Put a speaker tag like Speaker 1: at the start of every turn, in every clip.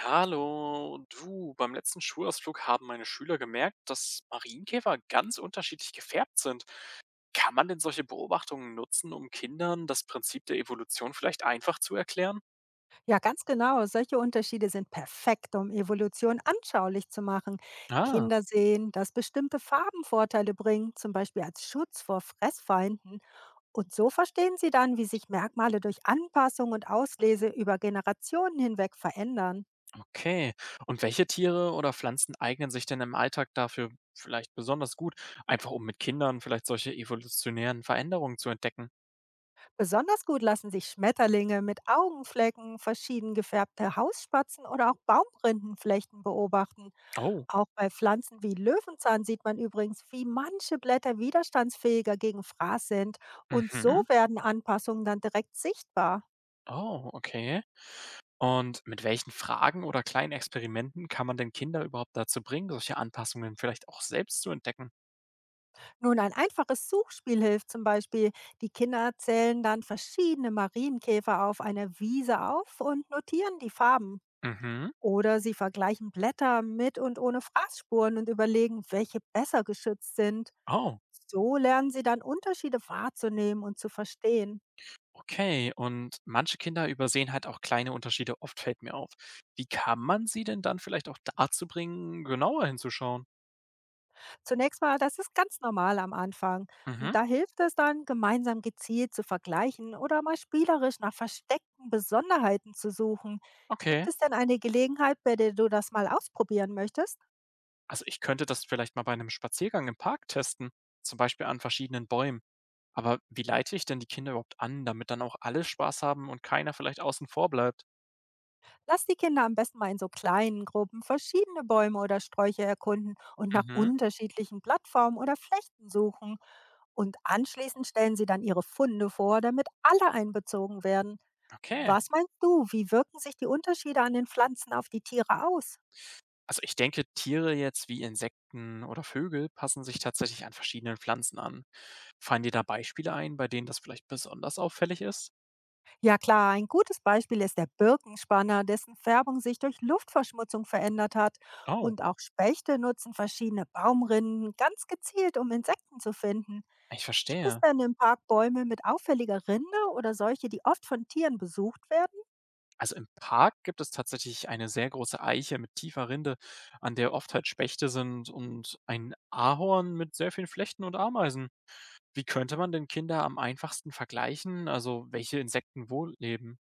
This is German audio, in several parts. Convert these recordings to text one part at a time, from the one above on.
Speaker 1: Hallo, du, beim letzten Schulausflug haben meine Schüler gemerkt, dass Marienkäfer ganz unterschiedlich gefärbt sind. Kann man denn solche Beobachtungen nutzen, um Kindern das Prinzip der Evolution vielleicht einfach zu erklären?
Speaker 2: Ja, ganz genau. Solche Unterschiede sind perfekt, um Evolution anschaulich zu machen.
Speaker 1: Ah,
Speaker 2: Kinder sehen, dass bestimmte Farben Vorteile bringen, zum Beispiel als Schutz vor Fressfeinden. Und so verstehen sie dann, wie sich Merkmale durch Anpassung und Auslese über Generationen hinweg verändern.
Speaker 1: okay. Und welche Tiere oder Pflanzen eignen sich denn im Alltag dafür vielleicht besonders gut, einfach um mit Kindern vielleicht solche evolutionären Veränderungen zu entdecken?
Speaker 2: Besonders gut lassen sich Schmetterlinge mit Augenflecken, verschieden gefärbte Hausspatzen oder auch Baumrindenflechten beobachten.
Speaker 1: Oh,
Speaker 2: Auch bei Pflanzen wie Löwenzahn sieht man übrigens, wie manche Blätter widerstandsfähiger gegen Fraß sind. Und so
Speaker 1: mhm.
Speaker 2: werden Anpassungen dann direkt sichtbar.
Speaker 1: Oh, okay. Und mit welchen Fragen oder kleinen Experimenten kann man denn Kinder überhaupt dazu bringen, solche Anpassungen vielleicht auch selbst zu entdecken?
Speaker 2: Nun, ein einfaches Suchspiel hilft zum Beispiel. Die Kinder zählen dann verschiedene Marienkäfer auf einer Wiese auf und notieren die Farben.
Speaker 1: Mhm.
Speaker 2: Oder sie vergleichen Blätter mit und ohne Fraßspuren und überlegen, welche besser geschützt sind.
Speaker 1: Oh,
Speaker 2: So lernen sie dann Unterschiede wahrzunehmen und zu verstehen.
Speaker 1: okay. Und manche Kinder übersehen halt auch kleine Unterschiede, oft fällt mir auf. Wie kann man sie denn dann vielleicht auch dazu bringen, genauer hinzuschauen?
Speaker 2: Zunächst mal, das ist ganz normal am Anfang.
Speaker 1: Mhm.
Speaker 2: Und da hilft es dann, gemeinsam gezielt zu vergleichen oder mal spielerisch nach versteckten Besonderheiten zu suchen. Gibt
Speaker 1: Okay.
Speaker 2: es denn eine Gelegenheit, bei der du das mal ausprobieren möchtest?
Speaker 1: Also ich könnte das vielleicht mal bei einem Spaziergang im Park testen, zum Beispiel an verschiedenen Bäumen. Aber wie leite ich denn die Kinder überhaupt an, damit dann auch alle Spaß haben und keiner vielleicht außen vor bleibt?
Speaker 2: Lass die Kinder am besten mal in so kleinen Gruppen verschiedene Bäume oder Sträucher erkunden und nach
Speaker 1: Mhm.
Speaker 2: unterschiedlichen Plattformen oder Flechten suchen. Und anschließend stellen sie dann ihre Funde vor, damit alle einbezogen werden.
Speaker 1: Okay.
Speaker 2: Was meinst du, wie wirken sich die Unterschiede an den Pflanzen auf die Tiere aus?
Speaker 1: Also ich denke, Tiere jetzt wie Insekten oder Vögel passen sich tatsächlich an verschiedenen Pflanzen an. Fallen dir da Beispiele ein, bei denen das vielleicht besonders auffällig ist?
Speaker 2: Ja klar, ein gutes Beispiel ist der Birkenspanner, dessen Färbung sich durch Luftverschmutzung verändert hat.
Speaker 1: Oh,
Speaker 2: Und auch Spechte nutzen verschiedene Baumrinden ganz gezielt, um Insekten zu finden.
Speaker 1: ich
Speaker 2: Gibt es
Speaker 1: verstehe.
Speaker 2: denn im Park Bäume mit auffälliger Rinde oder solche, die oft von Tieren besucht werden?
Speaker 1: Also im Park gibt es tatsächlich eine sehr große Eiche mit tiefer Rinde, an der oft halt Spechte sind und ein Ahorn mit sehr vielen Flechten und Ameisen. Wie könnte man denn Kinder am einfachsten vergleichen, also welche Insekten wo leben?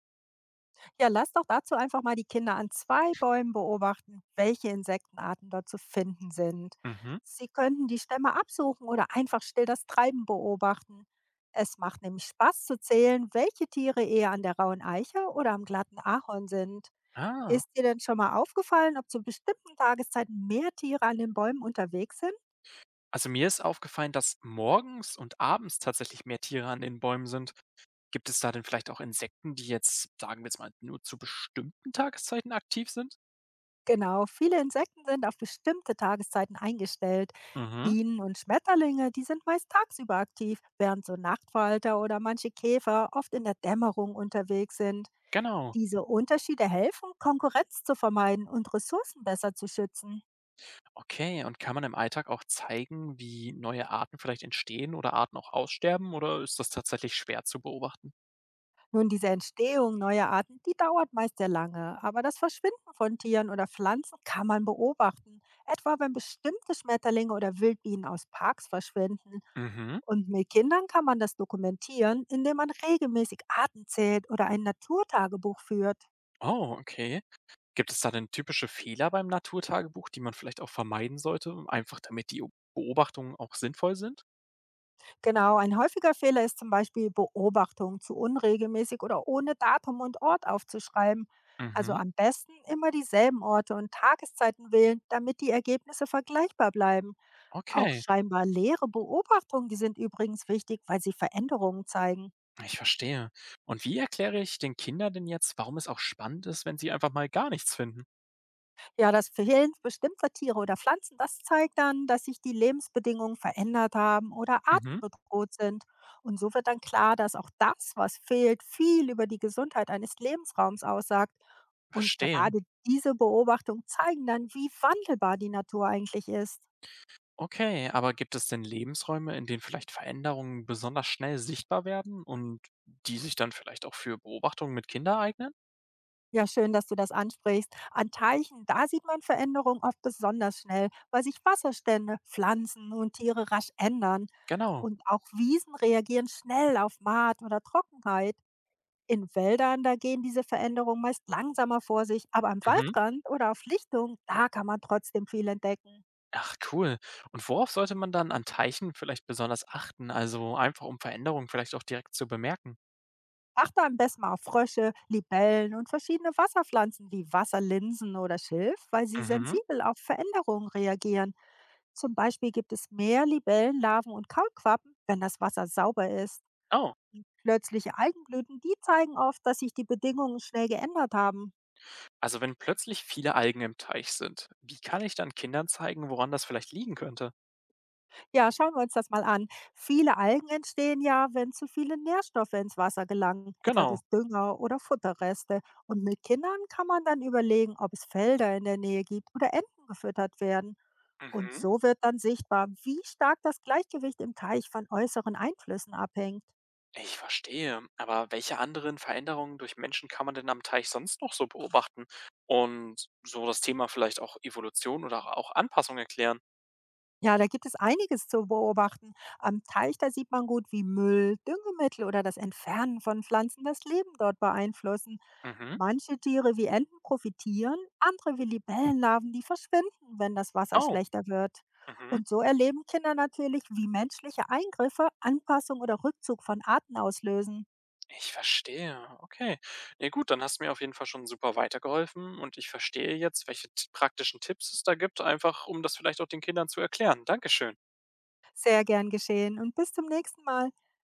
Speaker 2: Ja, lass doch dazu einfach mal die Kinder an zwei Bäumen beobachten, welche Insektenarten dort zu finden sind.
Speaker 1: Mhm.
Speaker 2: Sie könnten die Stämme absuchen oder einfach still das Treiben beobachten. Es macht nämlich Spaß zu zählen, welche Tiere eher an der rauen Eiche oder am glatten Ahorn sind.
Speaker 1: Ah,
Speaker 2: Ist dir denn schon mal aufgefallen, ob zu bestimmten Tageszeiten mehr Tiere an den Bäumen unterwegs sind?
Speaker 1: also mir ist aufgefallen, dass morgens und abends tatsächlich mehr Tiere an den Bäumen sind. Gibt es da denn vielleicht auch Insekten, die jetzt, sagen wir jetzt mal, nur zu bestimmten Tageszeiten aktiv sind?
Speaker 2: Genau, viele Insekten sind auf bestimmte Tageszeiten eingestellt.
Speaker 1: Mhm,
Speaker 2: Bienen und Schmetterlinge, die sind meist tagsüber aktiv, während so Nachtfalter oder manche Käfer oft in der Dämmerung unterwegs sind.
Speaker 1: genau.
Speaker 2: Diese Unterschiede helfen, Konkurrenz zu vermeiden und Ressourcen besser zu schützen.
Speaker 1: Okay, und kann man im Alltag auch zeigen, wie neue Arten vielleicht entstehen oder Arten auch aussterben oder ist das tatsächlich schwer zu beobachten?
Speaker 2: Nun, diese Entstehung neuer Arten, die dauert meist sehr lange, aber das Verschwinden von Tieren oder Pflanzen kann man beobachten, etwa wenn bestimmte Schmetterlinge oder Wildbienen aus Parks verschwinden.
Speaker 1: Mhm.
Speaker 2: Und mit Kindern kann man das dokumentieren, indem man regelmäßig Arten zählt oder ein Naturtagebuch führt.
Speaker 1: Oh, okay. Gibt es da denn typische Fehler beim Naturtagebuch, die man vielleicht auch vermeiden sollte, einfach damit die Beobachtungen auch sinnvoll sind?
Speaker 2: Genau, ein häufiger Fehler ist zum Beispiel Beobachtungen zu unregelmäßig oder ohne Datum und Ort aufzuschreiben. Also
Speaker 1: Mhm.
Speaker 2: am besten immer dieselben Orte und Tageszeiten wählen, damit die Ergebnisse vergleichbar bleiben. Auch
Speaker 1: Okay.
Speaker 2: scheinbar leere Beobachtungen, die sind übrigens wichtig, weil sie Veränderungen zeigen.
Speaker 1: Ich verstehe. Und wie erkläre ich den Kindern denn jetzt, warum es auch spannend ist, wenn sie einfach mal gar nichts finden?
Speaker 2: Ja, das Fehlen bestimmter Tiere oder Pflanzen, das zeigt dann, dass sich die Lebensbedingungen verändert haben oder
Speaker 1: Mhm.
Speaker 2: Arten bedroht sind. Und so wird dann klar, dass auch das, was fehlt, viel über die Gesundheit eines Lebensraums aussagt. Und
Speaker 1: Verstehe.
Speaker 2: gerade diese Beobachtungen zeigen dann, wie wandelbar die Natur eigentlich ist.
Speaker 1: Okay, aber gibt es denn Lebensräume, in denen vielleicht Veränderungen besonders schnell sichtbar werden und die sich dann vielleicht auch für Beobachtungen mit Kindern eignen?
Speaker 2: Ja, schön, dass du das ansprichst. An Teichen, da sieht man Veränderungen oft besonders schnell, weil sich Wasserstände, Pflanzen und Tiere rasch ändern.
Speaker 1: Genau.
Speaker 2: Und auch Wiesen reagieren schnell auf Maat oder Trockenheit. In Wäldern, da gehen diese Veränderungen meist langsamer vor sich, aber am
Speaker 1: Mhm.
Speaker 2: Waldrand oder auf Lichtung da kann man trotzdem viel entdecken.
Speaker 1: Ach cool. Und worauf sollte man dann an Teichen vielleicht besonders achten? Also einfach um Veränderungen vielleicht auch direkt zu bemerken.
Speaker 2: Achte am besten mal auf Frösche, Libellen und verschiedene Wasserpflanzen wie Wasserlinsen oder Schilf, weil sie
Speaker 1: Mhm.
Speaker 2: sensibel auf Veränderungen reagieren. Zum Beispiel gibt es mehr Libellenlarven und Kaulquappen, wenn das Wasser sauber ist.
Speaker 1: Oh,
Speaker 2: Plötzliche Algenblüten, die zeigen oft, dass sich die Bedingungen schnell geändert haben.
Speaker 1: also wenn plötzlich viele Algen im Teich sind, wie kann ich dann Kindern zeigen, woran das vielleicht liegen könnte?
Speaker 2: Ja, schauen wir uns das mal an. Viele Algen entstehen ja, wenn zu viele Nährstoffe ins Wasser gelangen, etwa
Speaker 1: Genau.
Speaker 2: durch Dünger oder Futterreste. Und mit Kindern kann man dann überlegen, ob es Felder in der Nähe gibt oder Enten gefüttert werden. Und
Speaker 1: Mhm.
Speaker 2: so wird dann sichtbar, wie stark das Gleichgewicht im Teich von äußeren Einflüssen abhängt.
Speaker 1: Ich verstehe. Aber welche anderen Veränderungen durch Menschen kann man denn am Teich sonst noch so beobachten? Und so das Thema vielleicht auch Evolution oder auch Anpassung erklären?
Speaker 2: Ja, da gibt es einiges zu beobachten. Am Teich, da sieht man gut, wie Müll, Düngemittel oder das Entfernen von Pflanzen das Leben dort beeinflussen.
Speaker 1: Mhm.
Speaker 2: Manche Tiere wie Enten profitieren, andere wie Libellenlarven, die verschwinden, wenn das Wasser
Speaker 1: Oh.
Speaker 2: schlechter wird.
Speaker 1: Mhm.
Speaker 2: Und so erleben Kinder natürlich, wie menschliche Eingriffe Anpassung oder Rückzug von Arten auslösen.
Speaker 1: Ich verstehe. Okay. Ja gut, dann hast du mir auf jeden Fall schon super weitergeholfen und ich verstehe jetzt, welche praktischen Tipps es da gibt, einfach um das vielleicht auch den Kindern zu erklären. Dankeschön.
Speaker 2: Sehr gern geschehen und bis zum nächsten Mal.